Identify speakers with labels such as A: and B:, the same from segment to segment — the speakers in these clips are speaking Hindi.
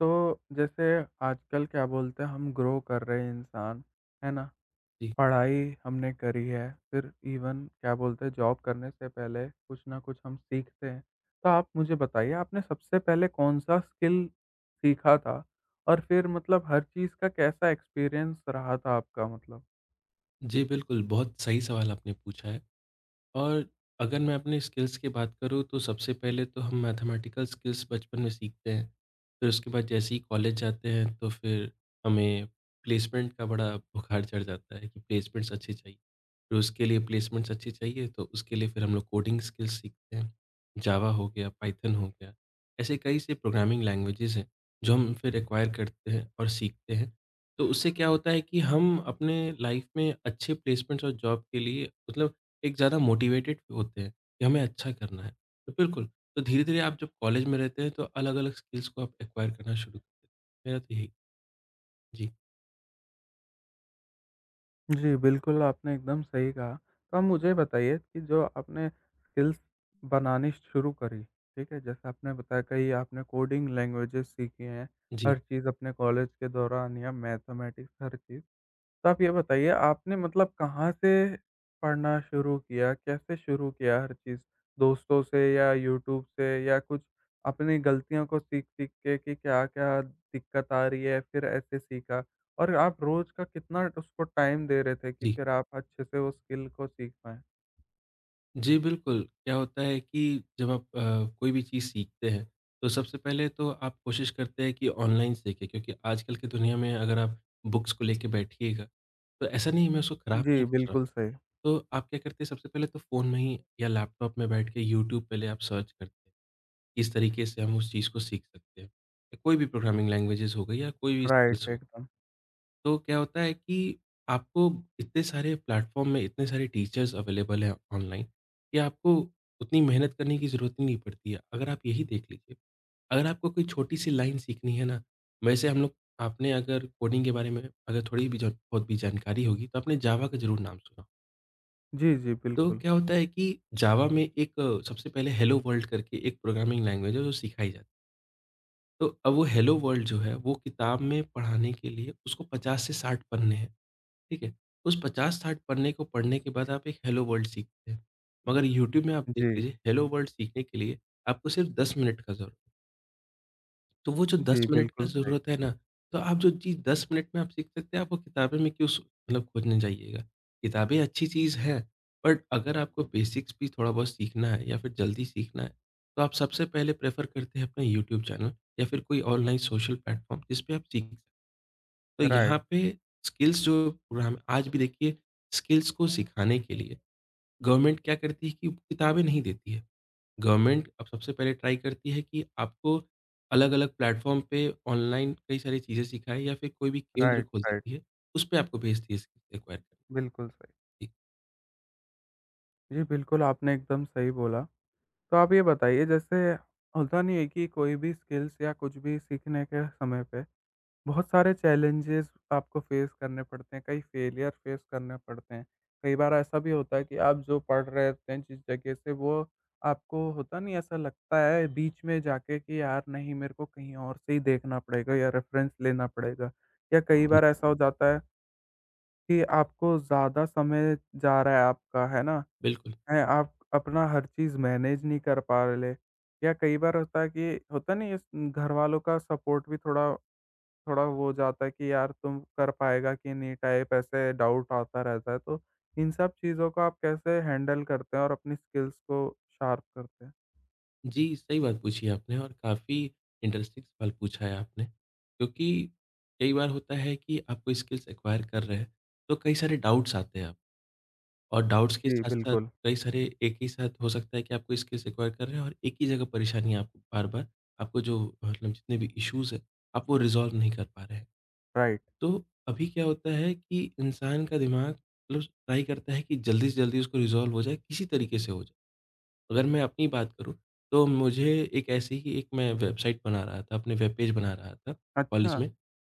A: तो जैसे आजकल क्या बोलते हैं हम ग्रो कर रहे हैं इंसान, है ना?
B: जी,
A: पढ़ाई हमने करी है, फिर इवन क्या बोलते हैं जॉब करने से पहले कुछ ना कुछ हम सीखते हैं। तो आप मुझे बताइए आपने सबसे पहले कौन-सा स्किल सीखा था? और फिर मतलब हर चीज़ का कैसा एक्सपीरियंस रहा था आपका मतलब?
B: जी बिल्कुल, बहुत सही सवाल आपने पूछा है। और अगर मैं अपने स्किल्स की बात करूँ तो सबसे पहले तो हम मैथमेटिकल स्किल्स बचपन में सीखते हैं। फिर उसके बाद जैसे ही कॉलेज जाते हैं तो फिर हमें प्लेसमेंट का बड़ा बुखार चढ़ जाता है कि प्लेसमेंट्स अच्छे चाहिए। फिर उसके लिए प्लेसमेंट्स अच्छी चाहिए तो उसके लिए फिर हम लोग कोडिंग स्किल्स सीखते हैं। जावा हो गया, पाइथन हो गया, ऐसे कई से प्रोग्रामिंग लैंग्वेजेज़ हैं जो हम फिर एक्वायर करते हैं और सीखते हैं। तो उससे क्या होता है कि हम अपने लाइफ में अच्छे प्लेसमेंट्स और जॉब के लिए मतलब एक ज़्यादा मोटिवेटेड होते हैं कि हमें अच्छा करना है। तो बिल्कुल, तो धीरे-धीरे आप जब कॉलेज में रहते हैं तो अलग-अलग स्किल्स को आप एक्वायर करना शुरू करते हैं। मेरा तो यही। जी,
A: जी, बिल्कुल, आपने एकदम सही कहा। तो आप मुझे बताइए कि जो आपने स्किल्स बनानी शुरू करी, ठीक है? जैसे आपने बताया कई आपने कोडिंग लैंग्वेजेज़ सीखी हैं,
B: जी,
A: हर चीज़ अपने कॉलेज के दौरान, या मैथमेटिक्स, हर चीज़। तो आप ये बताइए आपने मतलब कहाँ से पढ़ना शुरू किया? कैसे शुरू किया हर चीज़? दोस्तों से या यूट्यूब से, या कुछ अपनी गलतियों को सीख-सीख के कि क्या-क्या दिक्कत आ रही है, फिर ऐसे सीखा? और आप रोज़ का कितना उसको टाइम दे रहे थे कि
B: जी।
A: फिर आप अच्छे से वो स्किल को सीख पाएँ?
B: जी, बिल्कुल। क्या होता है कि जब आप कोई भी चीज़ सीखते हैं, तो सबसे पहले तो आप कोशिश करते हैं कि ऑनलाइन सीखें, क्योंकि आजकल की दुनिया में अगर आप बुक्स को लेके बैठिएगा, तो ऐसा नहीं है, मैं उसको खराब
A: जी,
B: नहीं कर रहा हूँ।
A: बिल्कुल सही।
B: तो आप क्या करते हैं? सबसे पहले तो फ़ोन में ही या लैपटॉप में बैठ के यूट्यूब पहले आप सर्च करते हैं। किस तरीके से हम उस चीज़ को सीख सकते हैं। या कोई भी प्रोग्रामिंग लैंग्वेजेज़ हो गई या कोई भी स्किल्स
A: राइट,
B: हो।
A: एकदम।
B: तो क्या होता है कि आपको इतने सारे प्लेटफ़ॉर्म में इतने सारे टीचर्स अवेलेबल हैं ऑनलाइन। या आपको उतनी मेहनत करने की ज़रूरत ही नहीं पड़ती है। अगर आप यही देख लीजिए, अगर आपको कोई छोटी-सी लाइन सीखनी है ना, वैसे हम लोग, आपने अगर कोडिंग के बारे में अगर थोड़ी भी जा बहुत भी जानकारी होगी, तो आपने जावा का ज़रूर नाम सुना।
A: जी, जी,
B: तो
A: बिल्कुल।
B: क्या होता है कि जावा में एक सबसे पहले हेलो वर्ल्ड करके एक प्रोग्रामिंग लैंग्वेज है, जो सिखाई जाती है। तो अब वो हेलो वर्ल्ड जो है वो किताब में पढ़ाने के लिए उसको 50 से 60 पन्ने हैं, ठीक है? उस 50-60 पन्ने को पढ़ने के बाद आप एक हेलो वर्ल्ड सीखते हैं। मगर यूट्यूब में आप देख
A: जी।
B: लीजिए, हेलो वर्ल्ड सीखने के लिए आपको सिर्फ़ 10 मिनट का ज़रूरत। तो वो जो 10
A: जी,
B: मिनट का
A: बिल्कुल सही।
B: ज़रूरत है ना, तो आप जो चीज़ 10 मिनट में आप सीख सकते हैं, आप वो किताबें में क्यों मतलब खोजने जाइएगा। किताबें अच्छी चीज़ है, बट अगर आपको बेसिक्स भी थोड़ा बहुत सीखना है या फिर जल्दी सीखना है, तो आप सबसे पहले प्रेफ़र करते हैं अपना यूट्यूब चैनल या फिर कोई ऑनलाइन सोशल प्लेटफ़ॉर्म, जिस पे आप सीख सकते हैं। तो यहाँ
A: राइट,
B: पे स्किल्स, जो प्रोग्राम आज भी देखिए, स्किल्स को सिखाने के लिए गवर्नमेंट क्या करती है कि किताबें नहीं देती है। गवर्नमेंट अब सबसे पहले ट्राई करती है कि आपको अलग-अलग प्लेटफ़ॉर्म पे ऑनलाइन कई सारी चीज़ें सिखाए या फिर कोई भी केंद्र
A: राइट,
B: खोल
A: राइट।
B: देती है, उस पे आपको भेजती है स्किल्स एक्वायर करने के
A: बिल्कुल सही।
B: लिए। जी,
A: जी, बिल्कुल, आपने एकदम सही बोला। तो आप ये बताइए, जैसे होता नहीं है कि कोई भी स्किल्स या कुछ भी सीखने के समय पे बहुत सारे चैलेंजेस आपको फेस करने पड़ते हैं, कई फेलियर फेस करने पड़ते हैं। कई बार ऐसा भी होता है कि आप जो पढ़ रहे होते हैं जिस जगह से, वो आपको होता नहीं ऐसा लगता है बीच में जाके कि यार नहीं, मेरे को कहीं और से ही देखना पड़ेगा या रेफरेंस लेना पड़ेगा। या कई
B: जी,
A: बार ऐसा हो जाता है कि आपको ज़्यादा समय जा रहा है आपका, है ना?
B: बिल्कुल।
A: हैं, आप अपना हर चीज़ मैनेज नहीं कर पा रहे, या कई बार होता है कि होता नहीं है, घरवालों का सपोर्ट भी थोड़ा थोड़ा वो हो जाता है कि यार, तुम कर पाएगा कि नहीं, टाइप ऐसे डाउट आता रहता है। तो इन सब चीज़ों को आप कैसे हैंडल करते हैं और अपनी स्किल्स को शार्प करते हैं?
B: जी, सही बात पूछी आपने और काफ़ी इंटरेस्टिंग सवाल पूछा है आपने, क्योंकि कई बार होता है कि आप कोई स्किल्स एक्वायर कर रहे हैं, तो कई सारे डाउट्स आते हैं आपको। और डाउट्स के
A: जी,
B: साथ-साथ
A: बिल्कुल,
B: कई सारे एक ही साथ हो सकता है कि आपको स्किल्स एक्वायर कर रहे हैं और एक ही जगह परेशानी है आपको बार-बार। आपको जो मतलब जितने भी इश्यूज़ हैं, आप वो रिज़ॉल्व नहीं कर पा रहे हैं।
A: राइट।
B: तो अभी क्या होता है कि इंसान का दिमाग मतलब ट्राई करता है कि जल्दी से जल्दी उसको रिज़ॉल्व हो जाए, किसी तरीके से हो जाए। अगर मैं अपनी बात करूँ, तो मुझे एक ऐसी ही एक मैं वेबसाइट बना रहा था, अपने वेब पेज बना रहा था कॉलेज
A: अच्छा,
B: में।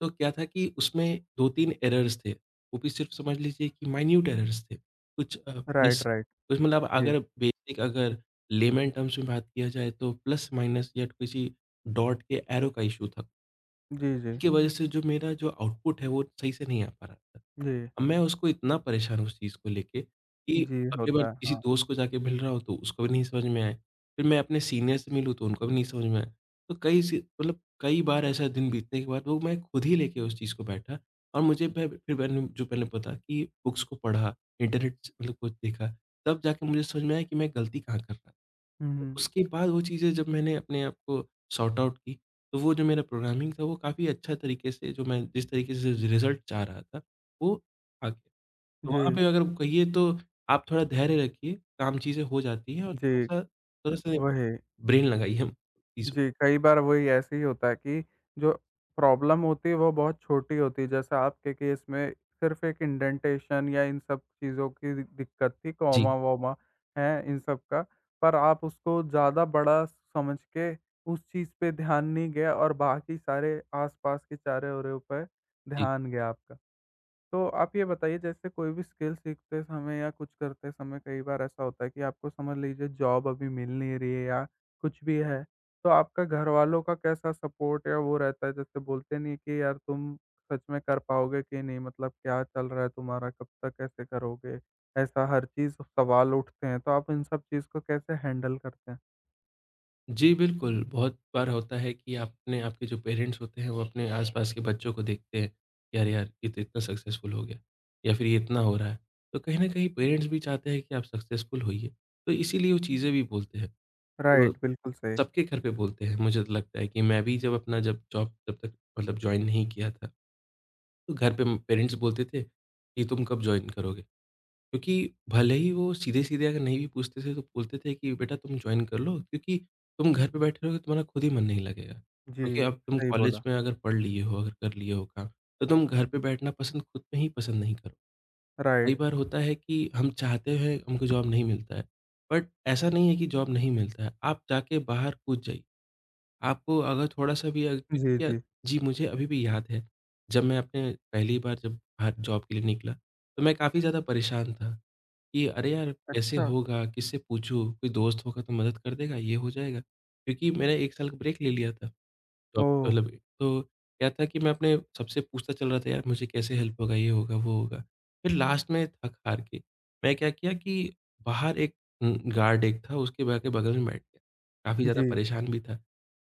B: तो क्या था कि उसमें 2-3 एरर्स थे, वो भी सिर्फ़ समझ लीजिए कि माइन्यूट एरर्स थे। कुछ
A: राइट,
B: प्लस
A: राइट।
B: कुछ मतलब
A: जी।
B: अगर लेमैन टर्म्स में बात किया जाए तो प्लस-माइनस या किसी डॉट के एरो का इश्यू था।
A: जी,
B: इसी
A: जी।
B: की वज़ह से जो मेरा जो आउटपुट है वो सही से नहीं आ पा रहा था।
A: जी,
B: अब मैं उसको इतना परेशान हूँ उस चीज़ को लेके कि
A: जी,
B: अगली बार
A: होता है,
B: किसी
A: हाँ।
B: दोस्त को जाके मिल रहा हूँ तो उसको भी नहीं समझ में आए। फिर मैं अपने सीनियर से मिलूँ तो उनको भी नहीं समझ में आए। तो कई सी मतलब कई बार ऐसा दिन बीतने के बाद वो मैं खुद ही लेके उस चीज़ को बैठा, और मुझे मैं फिर मैंने जो पहले पता कि बुक्स को पढ़ा, इंटरनेट से मतलब कुछ देखा, तब जाके मुझे समझ में आया कि मैं गलती कहाँ कर रहा था।
A: हुँ,
B: तो
A: हुँ।
B: उसके बाद वो चीज़ें जब मैंने अपने आप को सॉर्ट आउट की, तो वो जो मेरा प्रोग्रामिंग था, वो काफ़ी अच्छा तरीके से, जो मैं जिस तरीके से रिज़ल्ट चाह रहा था, वो आ गया। तो वहाँ
A: जी,
B: पे अगर कहिए तो आप थोड़ा धैर्य रखिए, काम चीज़ें हो जाती हैं, और
A: जी,
B: थोड़ा-सा थोड़ा-सा
A: वही।
B: ब्रेन लगाइए हम चीज़ों में।
A: जी, कई बार वही ऐसे ही होता है कि जो प्रॉब्लम होती है वो बहुत छोटी होती है। जैसे आपके केस में सिर्फ़ एक इंडेंटेशन या इन सब चीज़ों की दि दिक्कत थी,
B: जी,
A: कॉमा-वॉमा है इन सब का, पर आप उसको ज़्यादा बड़ा समझ के उस चीज़ पे ध्यान नहीं गया, और बाकी सारे आस-पास के सारे और पे
B: जी।
A: ध्यान गया आपका। तो आप ये बताइए, जैसे कोई भी स्किल सीखते समय या कुछ करते समय कई बार ऐसा होता है कि आपको समझ लीजिए जॉब अभी मिल नहीं रही है या कुछ भी है। तो आपका घर वालों का कैसा सपोर्ट या वो रहता है? जैसे बोलते नहीं है कि यार तुम सच में कर पाओगे कि नहीं, मतलब क्या चल रहा है तुम्हारा, कब तक कैसे करोगे? ऐसा हर चीज़ सवाल उठते हैं, तो आप इन सब चीज़ को कैसे हैंडल करते हैं?
B: जी, बिल्कुल, बहुत बार होता है कि आपने आपके जो पेरेंट्स होते हैं वो अपने आस-पास के बच्चों को देखते हैं, यार यार, ये तो इतना सक्सेसफुल हो गया या फिर ये इतना हो रहा है। तो कहीं न कहीं पेरेंट्स भी चाहते हैं कि आप सक्सेसफुल होइए, तो इसीलिए वो चीज़ें भी बोलते हैं। तो
A: राइट, बिल्कुल सही।
B: सबके घर पे बोलते हैं, मुझे तो लगता है कि मैं भी जब अपना जब जॉब जब तक मतलब जॉइन नहीं किया था, तो घर पे म पेरेंट्स बोलते थे कि तुम कब जॉइन करोगे? क्योंकि भले ही वो सीधे-सीधे अगर नहीं भी पूछते थे तो बोलते थे कि बेटा तुम जॉइन कर लो, क्योंकि तुम घर पे बैठे रहोगे तुम्हारा खुद ही मन नहीं लगेगा।
A: जी,
B: क्योंकि अब तुम
A: सही
B: कॉलेज
A: बोला।
B: में अगर पढ़ लिए हो, अगर कर लिए हो काम, तो तुम घर पे बैठना पसंद खुद में ही पसंद नहीं करो। कई
A: राइट।
B: बार होता है कि हम चाहते हैं हमको जॉब नहीं मिलता है, बट ऐसा नहीं है कि जॉब नहीं मिलता है, आप जाके बाहर कूद जाइए। आपको अगर थोड़ा-सा भी
A: जी,
B: या
A: जी।
B: जी, मुझे अभी भी याद है, जब मैं अपने पहली बार जब बाहर जॉब के लिए निकला, तो मैं काफ़ी ज़्यादा परेशान था कि अरे यार! कैसे
A: अच्छा।
B: होगा? किससे पूछूँ? कोई दोस्त होगा तो मदद कर देगा, ये हो जाएगा। क्योंकि मैंने 1 साल का ब्रेक ले लिया था। तो अब
A: ओह!
B: मतलब, तो क्या था कि मैं अपने सबसे पूछता चल रहा था, यार मुझे कैसे हेल्प होगा? ये होगा, वो होगा। फिर लास्ट में थक हार के, मैं क्या किया कि बाहर एक गार्ड एक था, उसके बा के बगल में बैठ गया। काफ़ी ज़्यादा
A: जी,
B: परेशान भी था।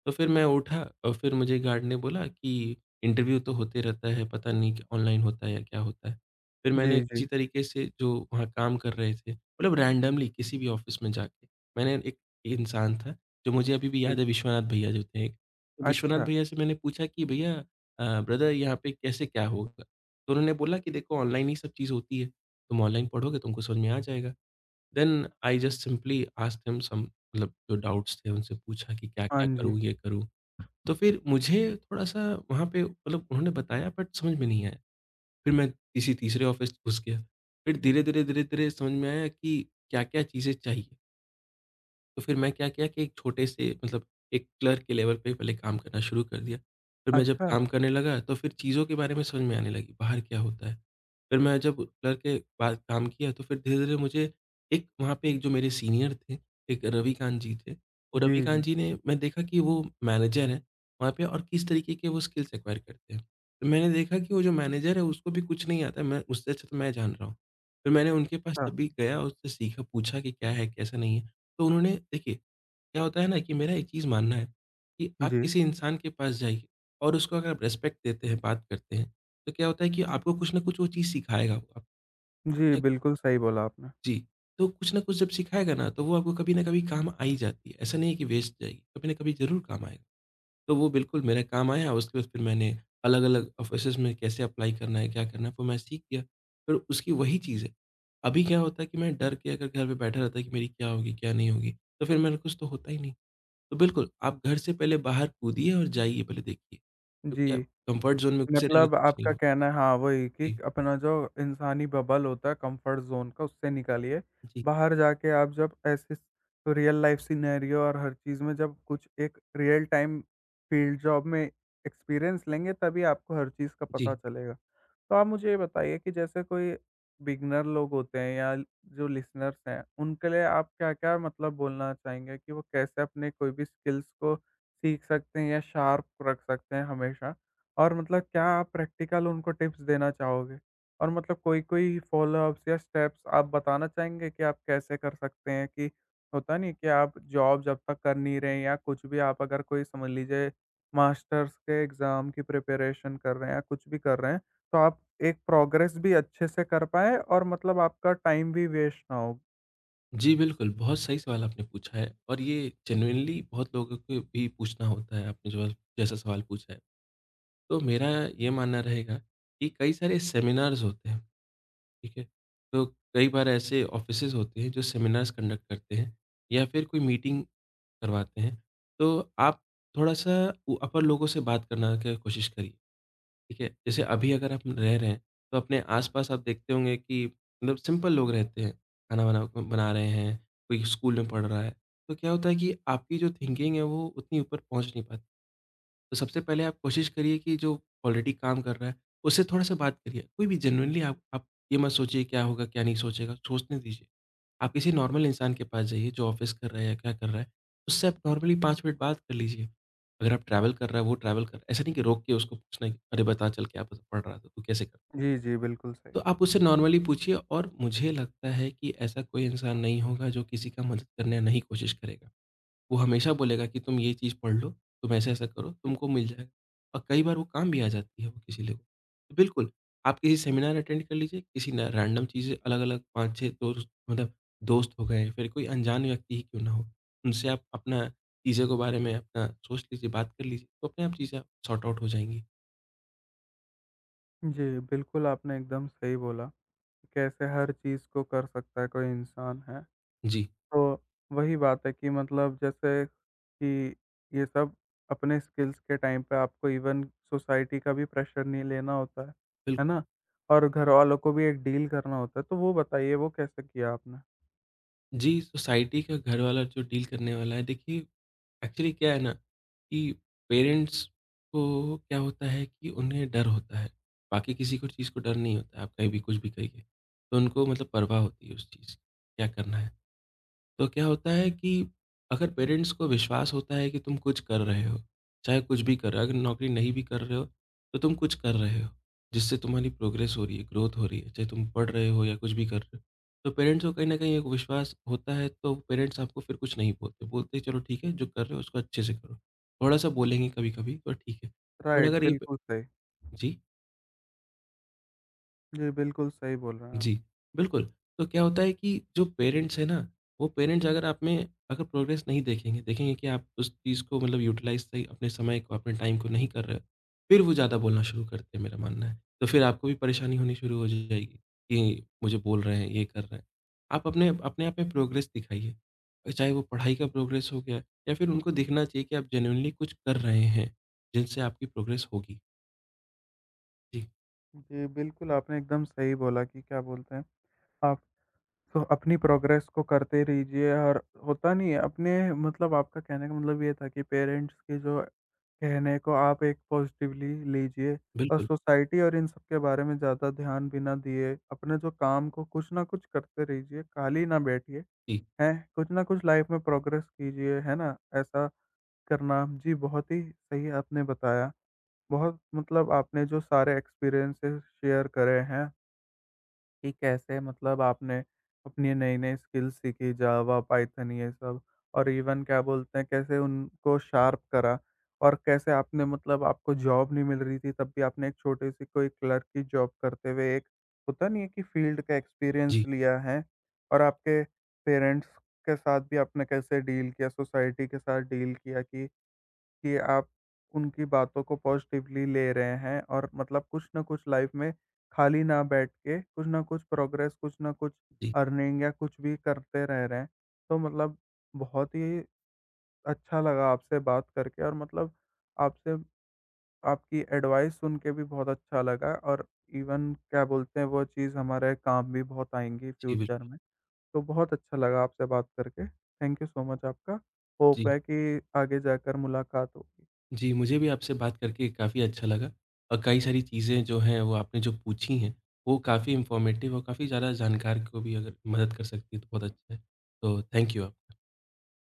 B: तो फिर मैं उठा और फिर मुझे गार्ड ने बोला कि इंटरव्यू तो होते रहता है, पता नहीं कि ऑनलाइन होता है या क्या होता है। फिर मैंने
A: जी,
B: किसी
A: जी,
B: तरीके से, जो वहाँ काम कर रहे थे, मतलब रैंडमली किसी भी ऑफ़िस में जाके, मैंने एक इंसान था जो मुझे अभी भी
A: जी।
B: याद है, विश्वनाथ भैया जो थे एक, तो विश्वनाथ
A: अच्छा।
B: भैया से मैंने पूछा कि भैया ब्रदर यहाँ पे कैसे क्या होगा? तो उन्होंने बोला कि देखो ऑनलाइन ही सब चीज़ होती है, तुम ऑनलाइन पढ़ोगे तुमको समझ में आ जाएगा। Then I just simply asked him some मतलब जो डाउट्स थे उनसे पूछा कि
A: हाँ
B: क्या-क्या
A: जी।
B: करूँ, ये करूँ? तो फिर मुझे थोड़ा-सा वहाँ पे मतलब उन्होंने बताया, बट समझ में नहीं आया। फिर मैं किसी तीसरे ऑफ़िस घुस गया। फिर धीरे-धीरे समझ में आया कि क्या-क्या चीज़ें चाहिए। तो फिर मैं क्या किया कि एक छोटे से मतलब एक क्लर्क के लेवल पे पहले काम करना शुरू कर दिया। फिर मैं जब
A: अच्छा।
B: काम करने लगा तो फिर चीज़ों के बारे में समझ में आने लगी, बाहर क्या होता है। फिर मैं जब क्लर्क के बाद काम किया तो फिर धीरे-धीरे मुझे एक वहाँ पे एक जो मेरे सीनियर थे, एक रविकांत जी थे। और
A: जी,
B: रविकांत
A: जी।
B: जी ने मैं देखा कि वो मैनेजर हैं वहाँ पे और किस तरीके के वो स्किल्स एक्वायर करते हैं। तो मैंने देखा कि वो जो मैनेजर है उसको भी कुछ नहीं आता, मैं उससे अच्छा तो मैं जान रहा हूँ। फिर मैंने उनके पास
A: हाँ।
B: तब भी गया, उससे सीखा, पूछा कि क्या है, कैसा नहीं है। तो उन्होंने देखिए, क्या होता है ना कि मेरा एक चीज़ मानना है कि आप
A: जी।
B: किसी इंसान के पास जाइए और उसको अगर आप रिस्पेक्ट देते हैं, बात करते हैं, तो क्या होता है कि आपको कुछ ना कुछ वो चीज़ सिखाएगा वो आप
A: जी,
B: कभी ना कभी।
A: बिल्कुल सही बोला आपने।
B: जी, तो कुछ ना कुछ जब सिखाएगा ना, तो वो आपको कभी ना कभी काम आ ही जाती है। ऐसा नहीं है कि वेस्ट जाएगी, कभी ना कभी ज़रूर काम आएगा। तो वो बिल्कुल मेरे काम आया, उसके बाद फिर मैंने अलग-अलग ऑफ़िसेज़ में कैसे अप्लाई करना है, क्या करना है, वो मैं सीख गया। फिर उसकी वही चीज़ है। अभी क्या होता है कि मैं डर के अगर घर पे बैठा रहता कि मेरी क्या होगी, क्या नहीं होगी, तो फिर मेरा कुछ तो होता ही नहीं। तो बिल्कुल, आप घर से पहले बाहर कूदिए और जाइए पहले देखिए, क्योंकि आप
A: जी,
B: कंफर्ट ज़ोन में घुसे रहेंगे
A: मतलब
B: तो कुछ नहीं
A: आपका
B: होगा।
A: कहना है, हाँ, वही, कि
B: जी,
A: अपना जो इंसानी बबल होता है कंफर्ट ज़ोन का, उससे निकालिए।
B: जी,
A: बाहर जाके आप जब ऐसे रियल लाइफ़ सिनेरियो और हर चीज़ में जब कुछ एक रियल टाइम फील्ड जॉब में एक्सपीरियंस लेंगे, तभी आपको हर चीज़ का पता
B: जी।
A: चलेगा। तो आप मुझे ये बताइए कि जैसे कोई बिगिनर लोग होते हैं, या जो लिसनर्स हैं, उनके लिए आप क्या-क्या मतलब बोलना चाहेंगे कि वो कैसे अपने कोई भी स्किल्स को सीख सकते हैं या शार्प रख सकते हैं हमेशा? और मतलब क्या आप प्रैक्टिकल उनको टिप्स देना चाहोगे? और मतलब कोई-कोई फ़ॉलोअप्स या स्टेप्स आप बताना चाहेंगे कि आप कैसे कर सकते हैं कि होता नहीं, कि आप जॉब जब तक कर नहीं रहे हैं या कुछ भी, आप अगर कोई समझ लीजिए मास्टर्स के एग्ज़ाम की प्रिपरेशन कर रहे हैं या कुछ भी कर रहे हैं, तो आप एक प्रोग्रेस भी अच्छे से कर पाएँ और मतलब आपका टाइम भी वेस्ट ना हो।
B: जी, बिल्कुल, बहुत सही सवाल आपने पूछा है और ये जेनुइनली बहुत लोगों को भी पूछना होता है, आपने जो जैसा सवाल पूछा है। तो मेरा ये मानना रहेगा कि कई सारे सेमिनार्स होते हैं, ठीक है? तो कई बार ऐसे ऑफ़िसेज़ होते हैं जो सेमिनार्स कंडक्ट करते हैं या फिर कोई मीटिंग करवाते हैं, तो आप थोड़ा-सा उ अपर लोगों से बात करना की कोशिश करिए। ठीक है, जैसे अभी अगर आप रह रहे हैं, तो अपने आस-पास आप देखते होंगे कि मतलब सिंपल लोग रहते हैं, खाना बना बना रहे हैं, कोई स्कूल में पढ़ रहा है। तो क्या होता है कि आपकी जो थिंकिंग है वो उतनी ऊपर पहुँच नहीं पाती। तो सबसे पहले आप कोशिश करिए कि जो ऑलरेडी काम कर रहा है, उससे थोड़ा-सा बात करिए। कोई भी जेनुइनली आप ये मत सोचिए क्या होगा, क्या नहीं सोचेगा, सोचने दीजिए। आप किसी नॉर्मल इंसान के पास जाइए जो ऑफ़िस कर रहा है या क्या कर रहा है, उससे आप नॉर्मली 5 मिनट बात कर लीजिए। अगर आप ट्रैवल कर रहा है, वो ट्रैवल कर ऐसा नहीं कि रोक के उसको पूछना है कि, "अरे! बता चल क्या पढ़ रहा था, तू कैसे करता है?"
A: जी, जी, बिल्कुल सही।
B: तो आप उससे नॉर्मली पूछिए और मुझे लगता है कि ऐसा कोई इंसान नहीं होगा जो किसी का मदद करने नहीं कोशिश करेगा। वो हमेशा बोलेगा कि तुम ये चीज़ पढ़ लो, तुम ऐसा-ऐसा करो, तुमको मिल जाएगा। और कई बार वो काम भी आ जाती है वो किसी लोग। तो बिल्कुल, आप किसी सेमिनार अटेंड कर लीजिए, किसी ना रैंडम चीज़ें अलग-अलग 5-6 दोस्त मतलब दोस्त हो गए, फिर कोई अनजान व्यक्ति ही क्यों ना हो, उनसे आप अपना चीज़ों के बारे में अपना सोच लीजिए, बात कर लीजिए, तो अपने आप चीज़ें सॉर्ट आउट हो जाएँगी।
A: जी, बिल्कुल आपने एकदम सही बोला, कि कैसे हर चीज़ को कर सकता है कोई इंसान है।
B: जी,
A: तो वही बात है कि मतलब, जैसे कि ये सब अपने स्किल्स के टाइम पे आपको इवन सोसाइटी का भी प्रेशर नहीं लेना होता है
B: बिल्कुल।
A: ना? और घरवालों को भी एक डील करना होता है, तो वो बताइए वो कैसे किया आपने?
B: जी, सोसाइटी का घर वाला जो डील करने वाला है देखिए एक्चुअली क्या है ना कि पेरेंट्स को क्या होता है कि उन्हें डर होता है, बाकी किसी को चीज़ को डर नहीं होता है, आप कहीं भी कुछ भी कहिए। तो उनको मतलब परवाह होती है उस चीज़ की, क्या करना है? तो क्या होता है कि अगर पेरेंट्स को विश्वास होता है कि तुम कुछ कर रहे हो, चाहे कुछ भी कर रहे हो, अगर नौकरी नहीं भी कर रहे हो, तो तुम कुछ कर रहे हो, जिससे तुम्हारी प्रोग्रेस हो रही है, ग्रोथ हो रही है, चाहे तुम पढ़ रहे हो या कुछ भी कर रहे हो। तो पेरेंट्स को कहीं न कहीं एक विश्वास होता है, तो पेरेंट्स आपको फिर कुछ नहीं बोलते, बोलते हैं चलो ठीक है, जो कर रहे हो उसको अच्छे से करो। थोड़ा-सा बोलेंगे कभी-कभी पर ठीक है। और
A: राइट,
B: अगर ये प
A: बिल्कुल सही।
B: जी?
A: जी, बिल्कुल सही बोल रहे हैं आप।
B: जी, बिल्कुल। तो क्या होता है कि जो पेरेंट्स हैं ना, वो पेरेंट्स अगर आप में अगर प्रोग्रेस नहीं देखेंगे, देखेंगे कि आप उस चीज़ को मतलब यूटिलाइज़ सही अपने समय को, अपने टाइम को नहीं कर रहे हो, फिर वो ज़्यादा बोलना शुरू करते हैं, मेरा मानना है। तो फिर आपको भी परेशानी होनी शुरू हो जाएगी कि मुझे बोल रहे हैं, ये कर रहे हैं। आप अपने अपने आप में प्रोग्रेस दिखाइए, चाहे वो पढ़ाई का प्रोग्रेस हो गया या फिर उनको दिखना चाहिए कि आप जेनुइनली कुछ कर रहे हैं, जिनसे आपकी प्रोग्रेस होगी। जी,
A: जी, बिल्कुल, आपने एकदम सही बोला कि क्या बोलते हैं, आप तो अपनी प्रोग्रेस को करते रहिए, और होता नहीं है, अपने मतलब आपका कहने का मतलब ये था कि पेरेंट्स के जो कहने को आप एक पॉज़िटिवली लीजिए, और
B: बिल्कुल।
A: सोसाइटी और इन सब के बारे में ज़्यादा ध्यान भी ना दिए, अपने जो काम को कुछ ना कुछ करते रहिए, खाली ना बैठिए,
B: जी,
A: हैं? कुछ ना कुछ लाइफ़ में प्रोग्रेस कीजिए, है ना? ऐसा करना, जी, बहुत ही सही आपने बताया। बहुत मतलब आपने जो सारे एक्सपीरियंसेस शेयर करे हैं कि कैसे, मतलब आपने अपनी नई-नई स्किल्स सीखी, जावा, पाइथन, ये सब, और इवन क्या बोलते हैं, कैसे उनको शार्प करा, और कैसे आपने मतलब आपको जॉब नहीं मिल रही थी तब भी आपने एक छोटी-सी कोई क्लर्क की जॉब करते हुए एक होता नहीं है कि फील्ड का एक्सपीरियंस
B: जी,
A: लिया है, और आपके पेरेंट्स के साथ भी आपने कैसे डील किया, सोसाइटी के साथ डील किया, कि आप उनकी बातों को पॉजिटिवली ले रहे हैं, और मतलब कुछ ना कुछ लाइफ में खाली ना बैठ के कुछ ना कुछ प्रोग्रेस, कुछ ना कुछ
B: जी,
A: अर्निंग, या कुछ भी करते रह रहे हैं। तो मतलब, बहुत ही अच्छा लगा आपसे बात करके, और मतलब आपसे, आपकी एडवाइस सुन के भी बहुत अच्छा लगा। और इवन क्या बोलते हैं वो चीज़ हमारे काम भी बहुत आएंगी
B: जी,
A: फ्यूचर
B: बिल्कुल।
A: में। तो बहुत अच्छा लगा आपसे बात करके, थैंक यू सो मच आपका।
B: जी।
A: होप है कि आगे जाकर मुलाकात होगी।
B: जी, मुझे भी आपसे बात करके काफ़ी अच्छा लगा और कई सारी चीज़ें जो हैं वो आपने जो पूछी हैं, वो काफ़ी इन्फॉर्मेटिव और काफ़ी ज़्यादा जानकार को भी अगर मदद कर सकती है तो बहुत अच्छा है। तो थैंक यू आप